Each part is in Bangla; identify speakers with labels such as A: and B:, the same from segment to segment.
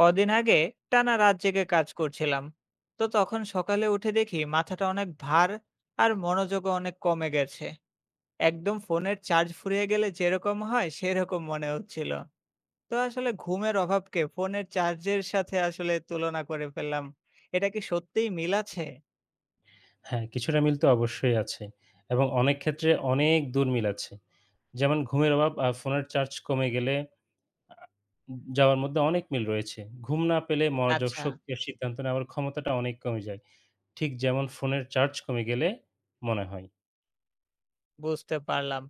A: কদিন আগে টানা রাত জেগে কাজ করছিলাম। তো তখন সকালে উঠে দেখি মাথাটা অনেক ভার, আর মনোযোগও অনেক কমে গেছে। একদম ফোনের চার্জ ফুরিয়ে গেলে যেরকম হয় সেরকম মনে হচ্ছিল। তো আসলে ঘুমের অভাবকে ফোনের চার্জের সাথে আসলে তুলনা করে ফেললাম। এটা কি সত্যিই মিল আছে?
B: হ্যাঁ, কিছুটা মিল তো অবশ্যই আছে এবং অনেক ক্ষেত্রে অনেক দূর মিল আছে। যেমন ঘুমের অভাব ফোনের চার্জ কমে গেলে আ যাওয়ার মধ্যে অনেক মিল রয়েছে। ঘুম না পেলে মনোযোগ
A: আচ্ছা,
B: শক্তি আর সিদ্ধান্ত নেওয়ার ক্ষমতাটা অনেক কমে যায়। ঠিক যেমন ফোনের চার্জ কমে গেলে মনে হয়।
A: বুঝতে পারলাম।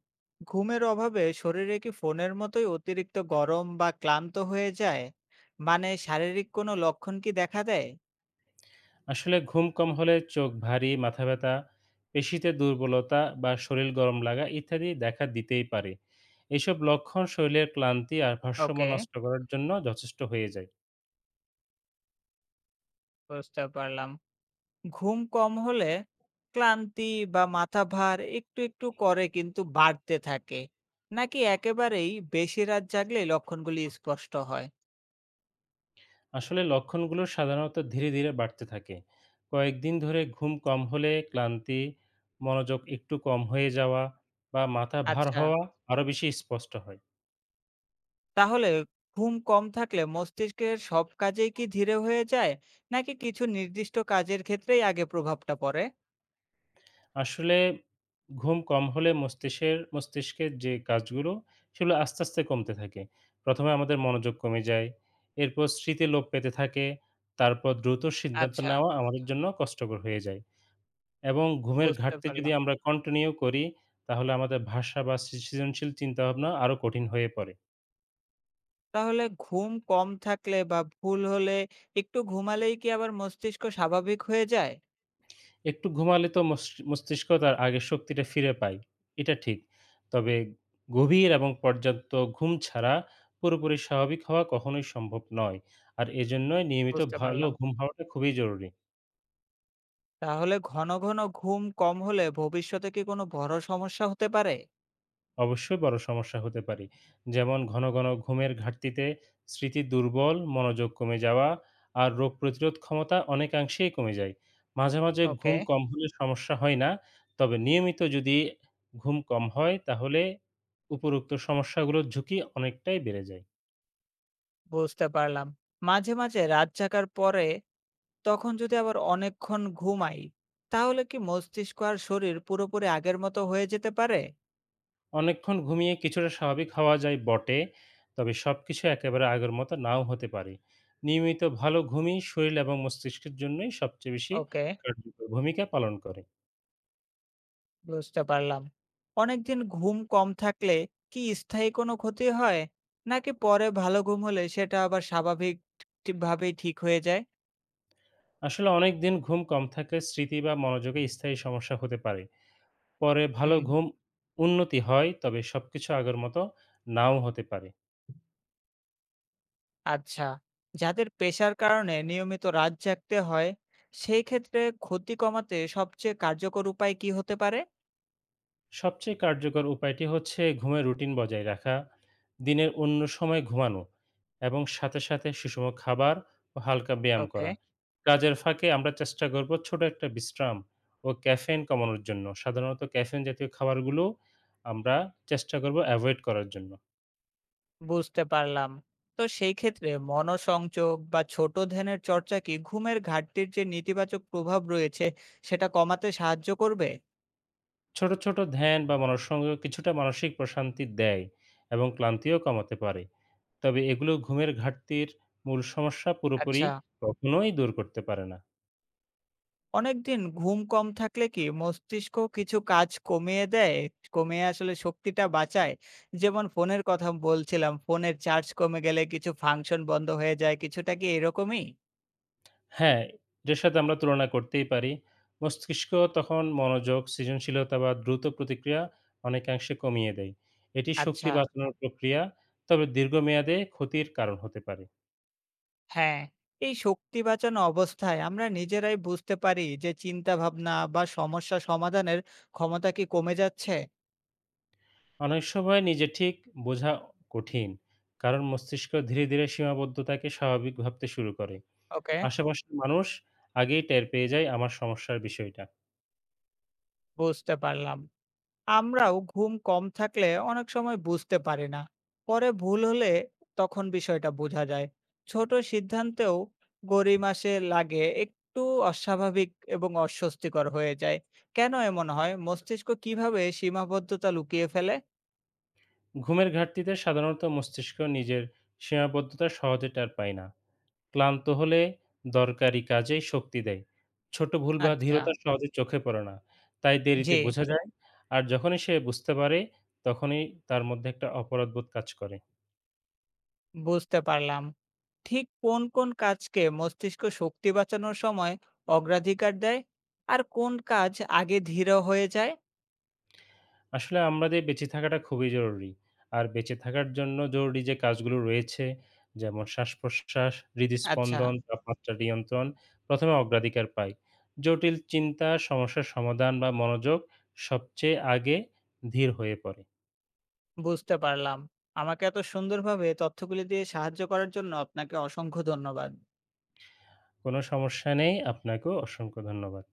A: ঘুমের অভাবে শরীরে কি ফোনের মতোই অতিরিক্ত গরম বা ক্লান্ত হয়ে যায়? মানে শারীরিক কোনো লক্ষণ কি দেখা দেয়?
B: আসলে ঘুম কম হলে চোখ ভারী, মাথা ব্যথা, পেশিতে দুর্বলতা বা শরীর গরম লাগা ইত্যাদি দেখা দিতেই পারে। এসব লক্ষণ শরীরের ক্লান্তি আর ভারসাম্য
A: ওকে,
B: নষ্ট করার জন্য যথেষ্ট হয়ে যায়।
A: বুঝতে পারলাম। ঘুম কম হলে ক্লান্তি বা মাথা ভার একটু করে কিন্তু বাড়তে থাকে। নাকি একেবারেই বেশি রাত জাগলে লক্ষণগুলি স্পষ্ট হয়?
B: আসলে লক্ষণগুলো সাধারণত ধীরে, ধীরে বাড়তে থাকে। কয়েকদিন ধরে ঘুম কম হলে ক্লান্তি, মনোযোগ একটু কম হয়ে যাওয়া বা মাথা ভার
A: আচ্ছা,
B: হওয়া আরো বেশি স্পষ্ট হয়।
A: তাহলে ঘুম কম থাকলে মস্তিষ্কের সব কাজেই কি ধীরে হয়ে যায়? নাকি কিছু নির্দিষ্ট কাজের ক্ষেত্রেই আগে প্রভাবটা পড়ে?
B: আসলে ঘুম কম হলে মস্তিষ্কের মস্তিষ্কের যে কাজগুলো, সেগুলো আস্তে, আস্তে কমতে থাকে। ১ম এ আমাদের মনোযোগ কমে যায়, এরপর স্মৃতি লোপ পেতে থাকে, তারপর দ্রুত সিদ্ধান্ত
A: আচ্ছা,
B: নেওয়া আমাদের জন্য কষ্টকর হয়ে যায়। এবং ঘুমের
A: বুঝতে
B: ঘাটতি যদি
A: পারলাম।
B: আমরা কন্টিনিউ করি, তাহলে আমাদের ভাষা বা সৃজনশীল চিন্তাভাবনা আরো কঠিন হয়ে পড়ে।
A: তাহলে ঘুম কম থাকলে বা ভুল হলে একটু ঘুমালেই কি আবার মস্তিষ্ক স্বাভাবিক হয়ে যায়?
B: একটু ঘুমালে তো মস্তিষ্ক তার আগের শক্তিটা ফিরে পায়, এটা ঠিক। তবে গভীর এবং পর্যাপ্ত ঘুম ছাড়া পুরোপুরি স্বাভাবিক হওয়া কখনোই সম্ভব নয়। আর এজন্যই নিয়মিত
A: বুঝতে
B: ভালো
A: পারলাম।
B: ঘুম হওয়াটা খুবই জরুরি।
A: তাহলে ঘন ঘন ঘুম কম হলে ভবিষ্যতে কি কোনো বড় সমস্যা হতে পারে?
B: অবশ্যই বড় সমস্যা হতে পারে। যেমন ঘন, ঘন ঘুমের ঘাটতিতে স্মৃতি দুর্বল, মনোযোগ কমে যাওয়া আর রোগ প্রতিরোধ ক্ষমতা অনেকাংশেই কমে যায়। মাঝে, মাঝে
A: ওকে,
B: ঘুম কম হলে সমস্যা হয় না। তবে নিয়মিত যদি ঘুম কম হয় তাহলে উপরোক্ত সমস্যাগুলোর ঝুঁকি অনেকটাই বেড়ে যায়।
A: বুঝতে পারলাম। মাঝে মাঝে রাত জাগার পরে তখন যদি আবার অনেকক্ষণ ঘুমাই, তাহলে কি মস্তিষ্ক আর শরীর পুরোপুরি আগের মতো হয়ে যেতে পারে?
B: অনেকক্ষণ ঘুমিয়ে কিছুটা স্বাভাবিক হওয়া যায় বটে, তবে সবকিছু একেবারে আগের মতো নাও হতে পারে। নিয়মিত ভালো ঘুমই শরীর এবং মস্তিষ্কের জন্যই সবচেয়ে বেশি
A: ওকে,
B: কার্যকর ভূমিকা পালন করে।
A: বুঝতে পারলাম। অনেকদিন ঘুম কম থাকলে কি স্থায়ী কোনো ক্ষতি হয়, নাকি পরে ভালো ঘুম হলে সেটা আবার স্বাভাবিক ঠিকভাবেই ঠিক হয়ে যায়?
B: আসলে অনেক দিন ঘুম কম থাকলে স্মৃতি বা মনোযোগে স্থায়ী সমস্যা হতে পারে। পরে ভালো
A: হুম।
B: ঘুম উন্নতি হয় তবে সবকিছু আগের মতো নাও হতে পারে।
A: আচ্ছা, যাদের পেশার কারণে নিয়মিত রাত জাগতে হয়, সেই ক্ষেত্রে ক্ষতি কমাতে সবচেয়ে কার্যকর উপায় কি হতে পারে?
B: সবচেয়ে কার্যকর উপায়টি হচ্ছে ঘুমের রুটিন বজায় রাখা, দিনের অন্য সময় ঘুমানো এবং সাথে সাথে সুষম খাবার ও হালকা ব্যায়াম
A: ওকে,
B: করা। কাজের ফাঁকে আমরা চেষ্টা করব ছোট একটা বিশ্রাম ও ক্যাফেন কমানোর জন্য সাধারণত ক্যাফেন জাতীয় খাবারগুলো আমরা চেষ্টা করব অ্যাভয়েড করার জন্য।
A: বুঝতে পারলাম। তো সেই ক্ষেত্রে মনসংযোগ বা ছোট ধ্যানের চর্চা কি ঘুমের ঘাটতির যে নেতিবাচক প্রভাব রয়েছে সেটা কমাতে সাহায্য করবে?
B: ছোট, ছোট ধ্যান বা মনঃসংযোগ কিছুটা মানসিক প্রশান্তি দেয় এবং ক্লান্তিও কমাতে পারে। তবে এগুলো ঘুমের ঘাটতির মূল সমস্যা পুরোপুরি
A: আচ্ছা,
B: কখনোই দূর করতে পারে না।
A: অনেকদিন ঘুম কম থাকলে কি মস্তিষ্ক কিছু কাজ কমিয়ে দেয়, কমিয়ে আসলে শক্তিটা বাঁচায়। যেমন ফোনের কথা বলছিলাম, ফোনের চার্জ কমে গেলে কিছু ফাংশন বন্ধ হয়ে যায়, কিছুটা কি এরকমই?
B: হ্যাঁ, এটার সাথে আমরা তুলনা করতেই পারি। মস্তিষ্ক তখন মনোযোগ, সৃজনশীলতা বা দ্রুত প্রতিক্রিয়া অনেকাংশে কমিয়ে দেয়। এটি শক্তি
A: আচ্ছা,
B: বাঁচানোর প্রক্রিয়া, তবে দীর্ঘমেয়াদে ক্ষতির কারণ হতে পারে।
A: হ্যাঁ। এই শক্তি বাঁচানো অবস্থায় আমরা নিজেরাই বুঝতে পারি যে চিন্তা ভাবনা বা সমস্যা সমাধানের ক্ষমতা কি কমে যাচ্ছে?
B: অনেক সময় নিজে ঠিক বোঝা কঠিন, কারণ মস্তিষ্ক ধীরে, ধীরে সীমাবদ্ধতাকে স্বাভাবিক ভাবতে শুরু করে।
A: ওকে,
B: আশেপাশের মানুষ আগেই টের পেয়ে যায় আমার সমস্যার বিষয়টা।
A: বুঝতে পারলাম। আমরাও ঘুম কম থাকলে অনেক সময় বুঝতে পারি না, পরে ভুল হলে তখন বিষয়টা বোঝা যায়। ছোট সিদ্ধান্তেও গড়িমাসে লাগে, একটু অস্বাভাবিক এবং অস্বস্তিকর হয়ে যায়। কেন এমন হয়, মস্তিষ্ক কিভাবে সীমাবদ্ধতা লুকিয়ে ফেলে?
B: ঘুমের ঘাটতিতে সাধারণত মস্তিষ্ক নিজের সীমাবদ্ধতা সহজে টের পায় না। ক্লান্ত হলে দরকারি কাজেই শক্তি দেয়। ছোট ভুল বা
A: আচ্ছা।
B: ধীরতা সহজে চোখে পড়ে না। তাই দেরিতে
A: জি,
B: বোঝা যায়। আর যখনই সে বুঝতে পারে, তখনই তার মধ্যে একটা অপরাধবোধ কাজ করে।
A: বুঝতে পারলাম। ঠিক কোন কোন কাজকে মস্তিষ্ক শক্তি বাঁচানোর সময় অগ্রাধিকার দেয়, আর কোন কাজ আগে ধীর হয়ে যায়?
B: আসলে আমাদের বেঁচে থাকাটা খুবই জরুরি। আর বেঁচে থাকার জন্য জরুরি যে কাজগুলো রয়েছে, যেমন শ্বাস-প্রশ্বাস,
A: আচ্ছা,
B: হৃদস্পন্দন, তাপমাত্রা নিয়ন্ত্রণ ১মে অগ্রাধিকার পায়। জটিল চিন্তা, সমস্যার সমাধান বা মনোযোগ সবচেয়ে আগে ধীর হয়ে পড়ে।
A: বুঝতে পারলাম। আমাকে এত সুন্দরভাবে তথ্যগুলি দিয়ে সাহায্য করার জন্য আপনাকে অসংখ্য ধন্যবাদ।
B: কোনো সমস্যা নেই। আপনাকেও অসংখ্য ধন্যবাদ।